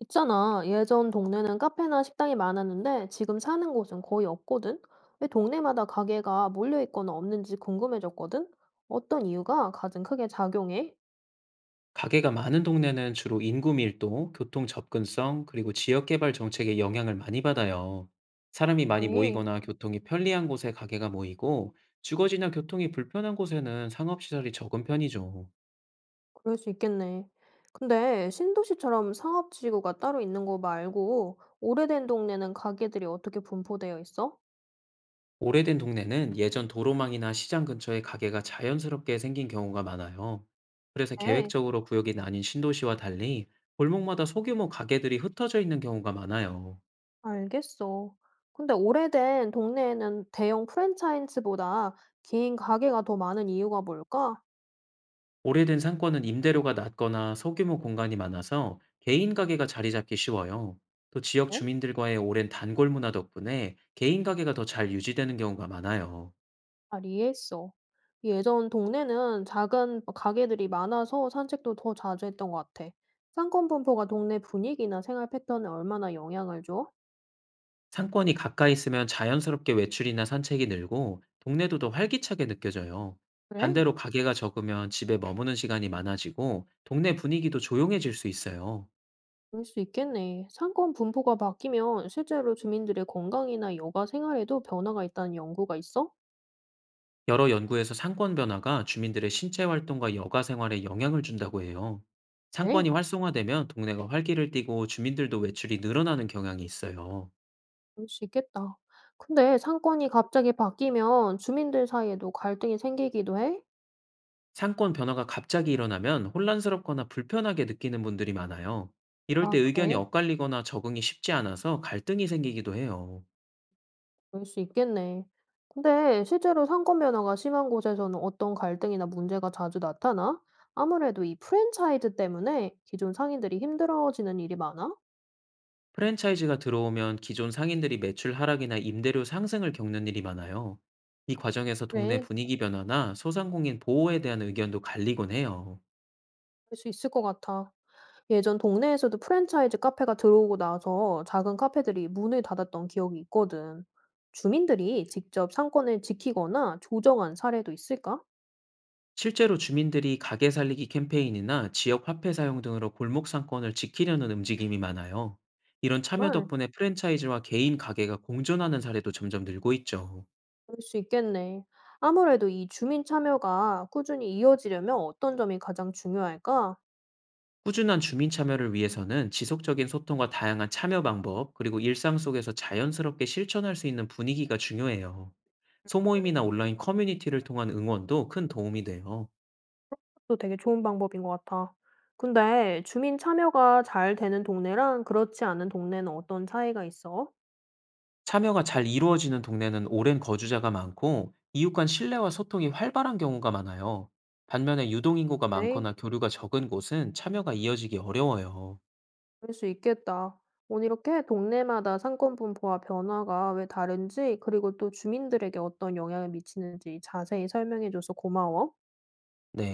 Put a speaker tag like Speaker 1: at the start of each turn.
Speaker 1: 있잖아. 예전 동네는 카페나 식당이 많았는데 지금 사는 곳은 거의 없거든? 왜 동네마다 가게가 몰려 있거나 없는지 궁금해졌거든? 어떤 이유가 가장 크게 작용해?
Speaker 2: 가게가 많은 동네는 주로 인구 밀도, 교통 접근성, 그리고 지역 개발 정책의 영향을 많이 받아요. 사람이 많이
Speaker 1: 에이,
Speaker 2: 모이거나 교통이 편리한 곳에 가게가 모이고, 주거지나 교통이 불편한 곳에는 상업시설이 적은 편이죠.
Speaker 1: 그럴 수 있겠네. 근데 신도시처럼 상업지구가 따로 있는 거 말고 오래된 동네는 가게들이 어떻게 분포되어 있어?
Speaker 2: 오래된 동네는 예전 도로망이나 시장 근처에 가게가 자연스럽게 생긴 경우가 많아요. 그래서
Speaker 1: 네.
Speaker 2: 계획적으로 구역이 나뉜 신도시와 달리 골목마다 소규모 가게들이 흩어져 있는 경우가 많아요.
Speaker 1: 알겠어. 근데 오래된 동네에는 대형 프랜차이즈보다 긴 가게가 더 많은 이유가 뭘까?
Speaker 2: 오래된 상권은 임대료가 낮거나 소규모 공간이 많아서 개인 가게가 자리 잡기 쉬워요. 또 지역 주민들과의 오랜 단골 문화 덕분에 개인 가게가 더 잘 유지되는 경우가 많아요.
Speaker 1: 잘 이해했어. 예전 동네는 작은 가게들이 많아서 산책도 더 자주 했던 것 같아. 상권 분포가 동네 분위기나 생활 패턴에 얼마나 영향을 줘?
Speaker 2: 상권이 가까이 있으면 자연스럽게 외출이나 산책이 늘고 동네도 더 활기차게 느껴져요.
Speaker 1: 그래?
Speaker 2: 반대로 가게가 적으면 집에 머무는 시간이 많아지고 동네 분위기도 조용해질 수 있어요.
Speaker 1: 그럴 수 있겠네. 상권 분포가 바뀌면 실제로 주민들의 건강이나 여가 생활에도 변화가 있다는 연구가 있어?
Speaker 2: 여러 연구에서 상권 변화가 주민들의 신체 활동과 여가 생활에 영향을 준다고 해요.
Speaker 1: 네,
Speaker 2: 상권이 활성화되면 동네가 활기를 띠고 주민들도 외출이 늘어나는 경향이 있어요.
Speaker 1: 그럴 수 있겠다. 근데 상권이 갑자기 바뀌면 주민들 사이에도 갈등이 생기기도 해?
Speaker 2: 상권 변화가 갑자기 일어나면 혼란스럽거나 불편하게 느끼는 분들이 많아요. 이럴
Speaker 1: 아,
Speaker 2: 때 의견이
Speaker 1: 그래?
Speaker 2: 엇갈리거나 적응이 쉽지 않아서 갈등이 생기기도 해요.
Speaker 1: 그럴 수 있겠네. 근데 실제로 상권변화가 심한 곳에서는 어떤 갈등이나 문제가 자주 나타나? 아무래도 이 프랜차이즈 때문에 기존 상인들이 힘들어지는 일이 많아?
Speaker 2: 프랜차이즈가 들어오면 기존 상인들이 매출 하락이나 임대료 상승을 겪는 일이 많아요. 이 과정에서 동네
Speaker 1: 네,
Speaker 2: 분위기 변화나 소상공인 보호에 대한 의견도 갈리곤 해요.
Speaker 1: 그럴 수 있을 것 같아. 예전 동네에서도 프랜차이즈 카페가 들어오고 나서 작은 카페들이 문을 닫았던 기억이 있거든. 주민들이 직접 상권을 지키거나 조정한 사례도 있을까?
Speaker 2: 실제로 주민들이 가게 살리기 캠페인이나 지역 화폐 사용 등으로 골목 상권을 지키려는 움직임이 많아요. 이런 참여
Speaker 1: 정말
Speaker 2: 덕분에 프랜차이즈와 개인 가게가 공존하는 사례도 점점 늘고 있죠.
Speaker 1: 그럴 수 있겠네. 아무래도 이 주민 참여가 꾸준히 이어지려면 어떤 점이 가장 중요할까?
Speaker 2: 꾸준한 주민 참여를 위해서는 지속적인 소통과 다양한 참여 방법, 그리고 일상 속에서 자연스럽게 실천할 수 있는 분위기가 중요해요. 소모임이나 온라인 커뮤니티를 통한 응원도 큰 도움이 돼요.
Speaker 1: 또 되게 좋은 방법인 것 같아. 근데 주민 참여가 잘 되는 동네랑 그렇지 않은 동네는 어떤 차이가 있어?
Speaker 2: 참여가 잘 이루어지는 동네는 오랜 거주자가 많고 이웃 간 신뢰와 소통이 활발한 경우가 많아요. 반면에 유동인구가
Speaker 1: 네,
Speaker 2: 많거나 교류가 적은 곳은 참여가 이어지기 어려워요.
Speaker 1: 그럴 수 있겠다. 오늘 이렇게 동네마다 상권 분포와 변화가 왜 다른지, 그리고 또 주민들에게 어떤 영향을 미치는지 자세히 설명해줘서 고마워.
Speaker 2: 네.